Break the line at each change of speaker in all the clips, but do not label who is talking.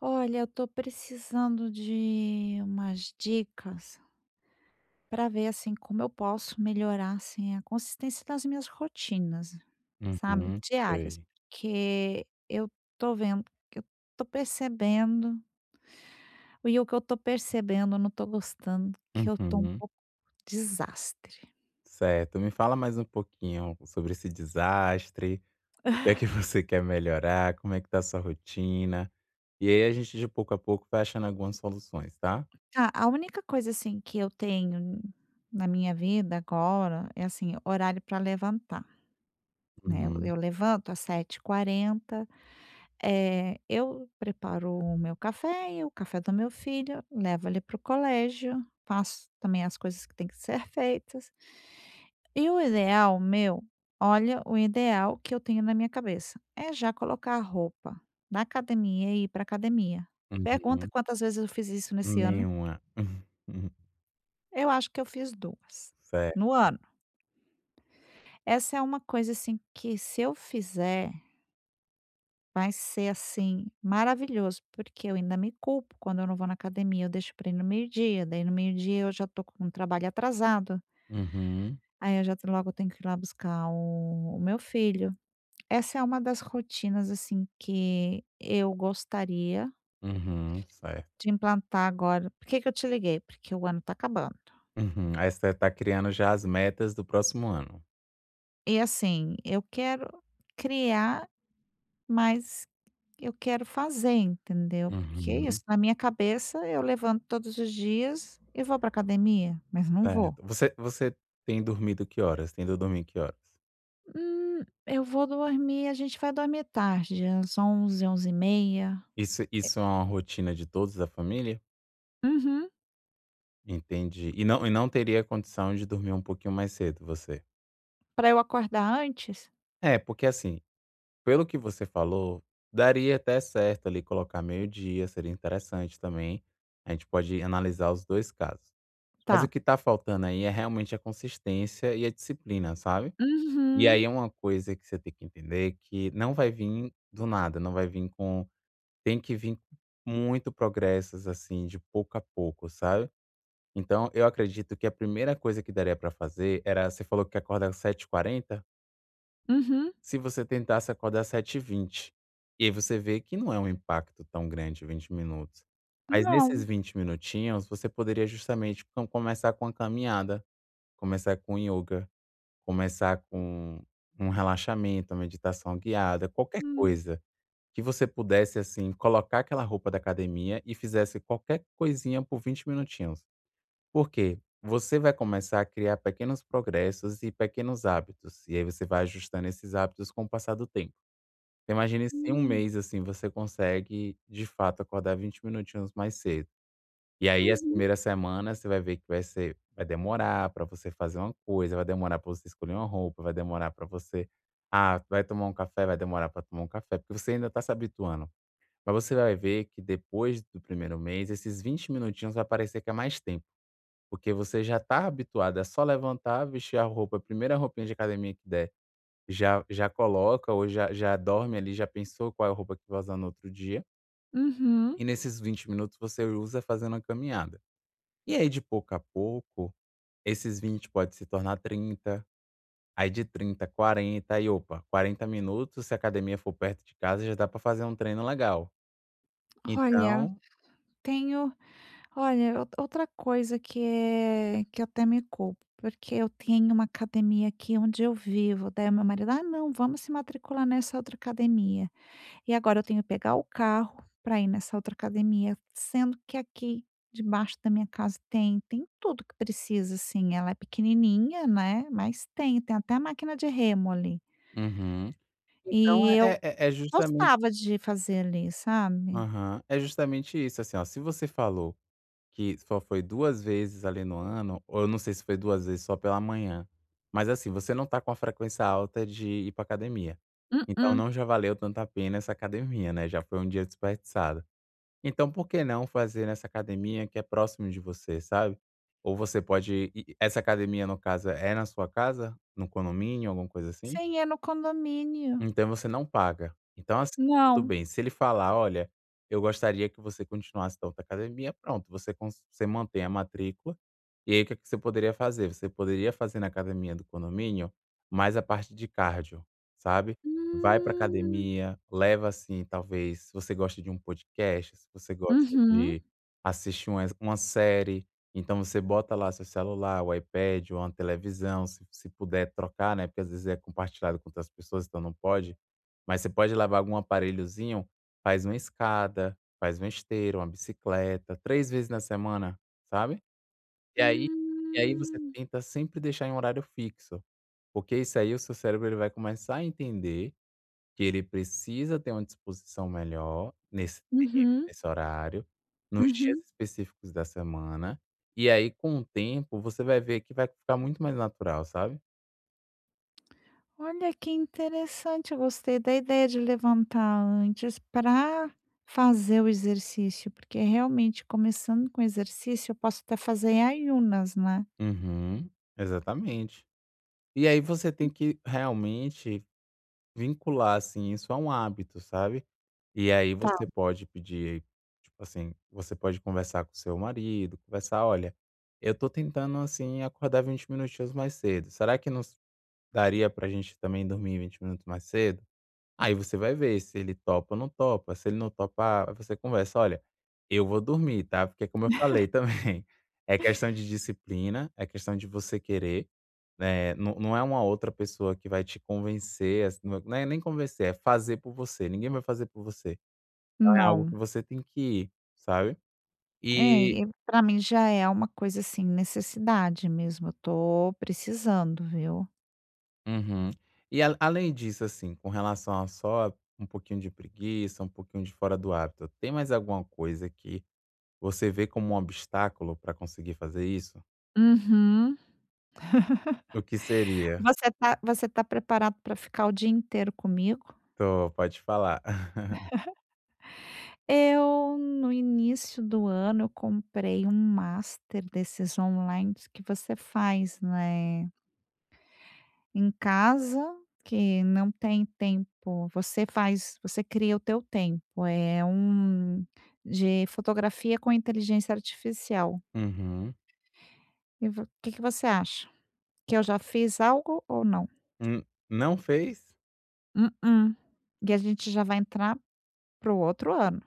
Olha, eu tô precisando de umas dicas para ver assim como eu posso melhorar assim a consistência das minhas rotinas, sabe,
Uhum.
diárias,
Sei.
porque eu tô vendo, eu tô percebendo, e o que eu tô percebendo, eu não tô gostando, que eu tô um
Uhum.
pouco desastre.
Certo, me fala mais um pouquinho sobre esse desastre, o que é que você quer melhorar, como é que tá a sua rotina, e aí a gente de pouco a pouco vai achando algumas soluções, tá?
Ah, a única coisa assim que eu tenho na minha vida agora é assim, horário para levantar, né? Eu
Uhum.
eu levanto às sete h 40. Eu preparo o meu café e o café do meu filho, levo ele para o colégio, faço também as coisas que têm que ser feitas. E o ideal meu, olha, o ideal que eu tenho na minha cabeça é já colocar a roupa da academia e ir para academia. Pergunta
Uhum.
quantas vezes eu fiz isso nesse ano?
Nenhuma.
Eu acho que eu fiz 2
Certo.
no ano. Essa é uma coisa, assim, que se eu fizer, vai ser, assim, maravilhoso, porque eu ainda me culpo quando eu não vou na academia, eu deixo para ir no meio-dia, daí no meio-dia eu já tô com o trabalho atrasado,
Uhum.
aí eu já te logo tenho que ir lá buscar o meu filho. Essa é uma das rotinas, assim, que eu gostaria
Uhum. Certo.
de implantar agora. Por que que eu te liguei? Porque o ano tá acabando.
Uhum. Aí você tá criando já as metas do próximo ano.
E, assim, eu quero criar mais. Eu quero fazer, entendeu, porque é
Uhum.
isso, na minha cabeça eu levanto todos os dias e vou para academia, mas não vou.
Certo. Você tem dormido que horas? Tenta dormir que horas?
Hum, eu vou dormir A gente vai dormir tarde, às onze h 23, 23h30.
Isso é uma rotina de todos da família?
Uhum.
Entendi. E não teria condição de dormir um pouquinho mais cedo você?
Pra eu acordar antes?
É, porque assim, pelo que você falou, daria até certo ali colocar meio-dia, seria interessante também. A gente pode analisar os 2 casos. Mas o
Tá.
que tá faltando aí é realmente a consistência e a disciplina, sabe. E aí
Uhum,
é uma coisa que você tem que entender que não vai vir do nada, não vai vir com tem que vim muito progressos, assim, de pouco a pouco, sabe. Então, eu acredito que a primeira coisa que daria para fazer era você falou que acorda às sete h 40,
uhum.
se você tentasse acordar às sete h 20. E aí você vê que não é um impacto tão grande 20 minutos. Mas nesses
Não.
20 minutinhos, você poderia justamente com começar com a caminhada, começar com yoga, começar com um relaxamento, uma meditação guiada, qualquer
Hum,
coisa que você pudesse, assim, colocar aquela roupa da academia e fizesse qualquer coisinha por 20 minutinhos. Porque você vai começar a criar pequenos progressos e pequenos hábitos, e aí você vai ajustando esses hábitos com o passar do tempo. Então, imagine se em um
hum,
mês, assim, você consegue, de fato, acordar 20 minutinhos mais cedo. E aí as
uhum,
primeiras semanas você vai ver que vai ser vai demorar para você fazer uma coisa, vai demorar para você escolher uma roupa, vai demorar para você vai tomar um café, vai demorar para tomar um café, porque você ainda tá se habituando. Mas você vai ver que depois do primeiro mês, esses 20 minutinhos vai parecer que é mais tempo. Porque você já está habituado, é só levantar, vestir a roupa, a primeira roupinha de academia que der, já coloca ou já dorme ali, já pensou qual é a roupa que vai usar no outro dia,
uhum.
e nesses 20 minutos você usa fazendo a caminhada. E aí de pouco a pouco, esses 20 pode se tornar 30, aí de 30, 40 aí opa, 40 minutos, se a academia for perto de casa já dá para fazer um treino legal.
Olha,
Então
tenho Olha, ou outra coisa que é que eu até me culpo, porque eu tenho uma academia aqui onde eu vivo, daí o meu marido: "Ah, não, vamos se matricular nessa outra academia". E agora eu tenho que pegar o carro para ir nessa outra academia, sendo que aqui debaixo da minha casa tem tudo que precisa, assim, ela é pequenininha, né, mas tem até a máquina de remo ali.
uhum. Então
E eu
é justamente
gostava de fazer ali, sabe?
aham, é justamente isso, assim, ó, se você falou que só foi 2 vezes ali no ano, ou eu não sei se foi 2 vezes só pela manhã, mas assim, você não tá com a frequência alta de ir pra academia. Então
Mm-mm,
não já valeu tanto a pena essa academia, né, já foi um dia desperdiçado. Então por que não fazer nessa academia que é próximo de você, sabe? Ou você pode ir essa academia, no caso é na sua casa? No condomínio, alguma coisa assim?
sim, é no condomínio.
Então você não paga. Então, assim, tudo
Não.
bem, se ele falar: "Olha, eu gostaria que você continuasse da outra academia", pronto, você cons você mantém a matrícula, e aí o que é que você poderia fazer? Você poderia fazer na academia do condomínio, mais a parte de cardio, sabe. Vai pra
Hum.
academia, leva, assim, talvez se você gosta de um podcast, se você gosta
Uhum.
de assistir uma série, então você bota lá seu celular, o iPad ou uma televisão, se puder trocar, né, porque às vezes é compartilhado com outras pessoas, então não pode, mas você pode levar algum aparelhozinho, faz uma escada, faz uma esteira, uma bicicleta, 3 vezes na semana, sabe. E aí e aí você
Hum.
tenta sempre deixar em um horário fixo, porque isso aí o seu cérebro ele vai começar a entender que ele precisa ter uma disposição melhor nesse
Uhum,
nesse horário, nos dias
uhum.
específicos da semana, e aí com o tempo você vai ver que vai ficar muito mais natural, sabe.
Olha que interessante, eu gostei da ideia de levantar antes para fazer o exercício, porque realmente começando com exercício eu posso até fazer em Ayunas, né.
Uhum, exatamente. E aí você tem que realmente vincular, assim, isso a um hábito, sabe. E aí
Tá.
você pode pedir, tipo assim, você pode conversar com seu marido, conversar: "Olha, eu tô tentando, assim, acordar 20 minutinhos mais cedo, será que nos daria pra gente também dormir 20 minutos mais cedo?". Aí você vai ver se ele topa ou não topa, se ele não topar, aí você conversa: "Olha, eu vou dormir, tá?" Porque é como eu falei também, é questão de disciplina, é questão de você querer, né, não é uma outra pessoa que vai te convencer, assim, não é nem convencer, é fazer por você, ninguém vai fazer por você. Então é algo que
Não.
você tem que ir, sabe. E
É, e pra mim já é uma coisa, assim, necessidade mesmo, eu tô precisando, viu.
uhum. E a além disso, assim, com relação a só um pouquinho de preguiça, um pouquinho de fora do hábito, tem mais alguma coisa que você vê como um obstáculo para conseguir fazer isso?
Uhum.
O que seria?
Você tá preparado para ficar o dia inteiro comigo?
Tô, pode falar.
Eu, no início do ano, eu comprei um master desses online que você faz, né, em casa, que não tem tempo, você cria o teu tempo, é um de fotografia com inteligência artificial.
Uhum.
E vo O que que você acha? Que eu já fiz algo ou não?
Hum, não fez?
Mm-mm. E a gente já vai entrar para o outro ano.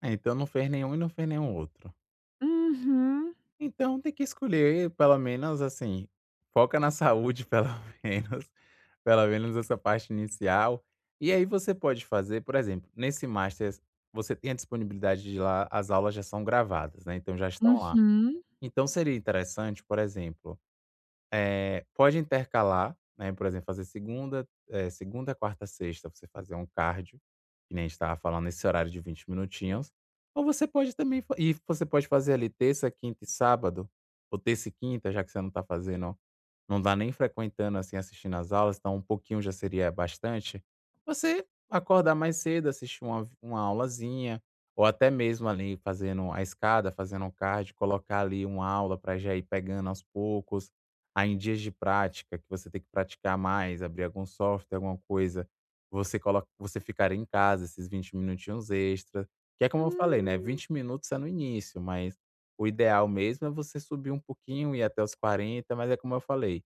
Ah, então não fez nenhum e não fez nenhum outro.
Uhum,
Então tem que escolher pelo menos, assim, foca na saúde menos, pelo menos essa parte inicial. E aí você pode fazer, por exemplo, nesse Masters você tem a disponibilidade de ir lá, as aulas já são gravadas, né, então já estão lá.
uhum.
Então seria interessante, por exemplo pode intercalar, né, por exemplo, fazer segunda, segunda, quarta, sexta, você fazer um cardio, que nem a gente estava falando, nesse horário de 20 minutinhos. Ou você pode também fa e você pode fazer ali terça, quinta e sábado, ou terça e quinta, já que você não está fazendo não tá nem frequentando, assim, assistindo as aulas, então um pouquinho já seria bastante. Você acordar mais cedo, assistir uma aulazinha, ou até mesmo ali fazendo a escada, fazendo um card, colocar ali uma aula para já ir pegando aos poucos. Aí em dias de prática, que você tem que praticar mais, abrir algum software, alguma coisa, você coloca, você ficar em casa esses 20 minutinhos extras. Que é como eu falei, né,
Hum.
20 minutos é no início, mas o ideal mesmo é você subir um pouquinho, e até os 40, mas é como eu falei,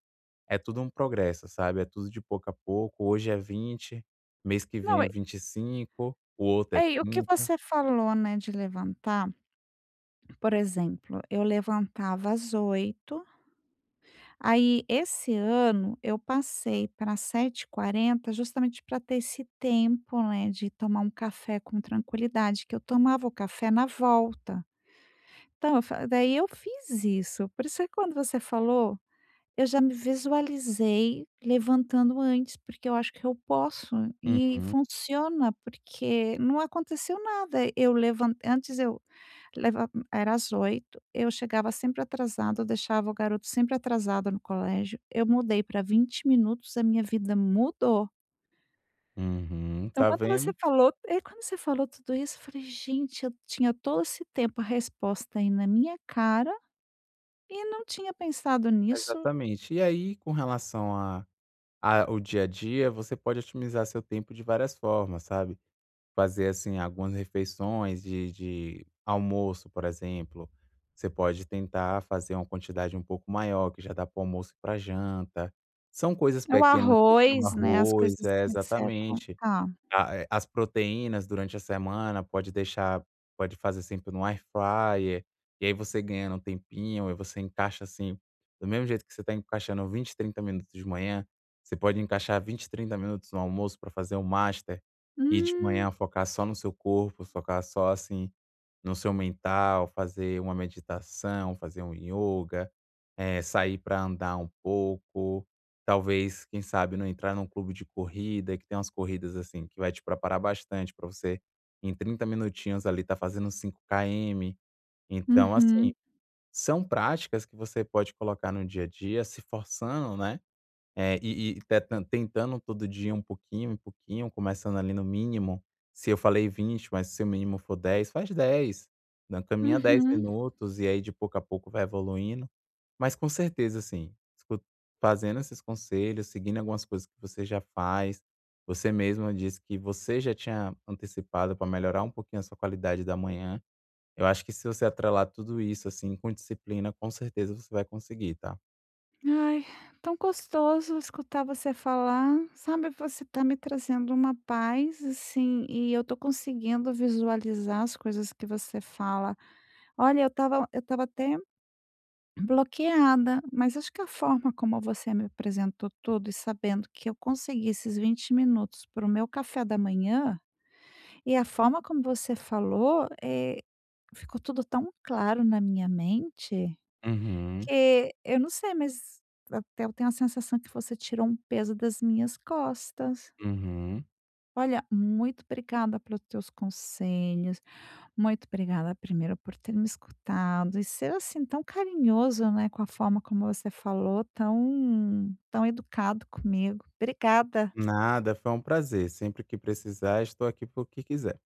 é tudo um progresso, sabe, é tudo de pouco a pouco. Hoje é 20, mês que
Não.
vem é 25, o outro é
É, e o que
30.
você falou, né, de levantar, por exemplo, eu levantava às 8. Aí esse ano eu passei para sete h 40 justamente para ter esse tempo, né, de tomar um café com tranquilidade, que eu tomava o café na volta. Então eu fa Daí eu fiz isso, por isso que quando você falou eu já me visualizei levantando antes, porque eu acho que eu posso e
Uhum,
funciona, porque não aconteceu nada. Eu levan antes eu leva Era às 8, eu chegava sempre atrasada, eu deixava o garoto sempre atrasado no colégio. Eu mudei para 20 minutos, a minha vida mudou.
uhum.
Então
Tá vendo?
quando você falou tudo isso, eu falei: "Gente, eu tinha todo esse tempo a resposta aí na minha cara e não tinha pensado nisso".
Exatamente. E aí, com relação a o dia a dia, você pode otimizar seu tempo de várias formas, sabe. Fazer, assim, algumas refeições de almoço, por exemplo, você pode tentar fazer uma quantidade um pouco maior, que já dá para almoço e para janta. São coisas
É o
pequenas, um
arroz, né, as
arroz
coisas
é,
que secam.
exatamente.
Tá.
A as proteínas durante a semana pode deixar pode fazer sempre no air fryer, e aí você ganha um tempinho, e você encaixa, assim, do mesmo jeito que você está encaixando 20, 30 minutos de manhã, você pode encaixar 20, 30 minutos no almoço para fazer um master, e de
Hum.
manhã focar só no seu corpo, focar só, assim, no seu mental, fazer uma meditação, fazer um yoga, sair para andar um pouco, talvez, quem sabe, não entrar num clube de corrida, que tem umas corridas, assim, que vai te preparar bastante para você, em 30 minutinhos ali, tá fazendo cinco 5 quilômetros. Então, assim,
Uhum,
são práticas que você pode colocar no dia a dia, se forçando, né, é, e tetan tentando todo dia um pouquinho, começando ali no mínimo. Se eu falei vinte, mas se o mínimo for 10, faz 10, né, caminha 10
uhum.
minutos e aí de pouco a pouco vai evoluindo. Mas com certeza, assim, escu fazendo esses conselhos, seguindo algumas coisas que você já faz, você mesmo disse que você já tinha antecipado para melhorar um pouquinho a sua qualidade da manhã. Eu acho que se você atrelar tudo isso, assim, com disciplina, com certeza você vai conseguir, tá?
Ai, tão gostoso escutar você falar, sabe, você tá me trazendo uma paz, assim, e eu tô conseguindo visualizar as coisas que você fala. Olha, eu tava até bloqueada, mas acho que a forma como você me apresentou tudo e sabendo que eu consegui esses 20 minutos para o meu café da manhã, e a forma como você falou, é. Ficou tudo tão claro na minha mente,
Uhum,
que eu não sei, mas até eu tenho a sensação que você tirou um peso das minhas costas.
uhum.
Olha, muito obrigada pelos teus conselhos, muito obrigada primeiro por ter me escutado e ser, assim, tão carinhoso, né, com a forma como você falou, tão tão educado comigo. Obrigada,
Nada, foi um prazer. Sempre que precisar, estou aqui por que quiser.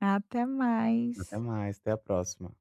até
Até
mais.
mais, até a próxima.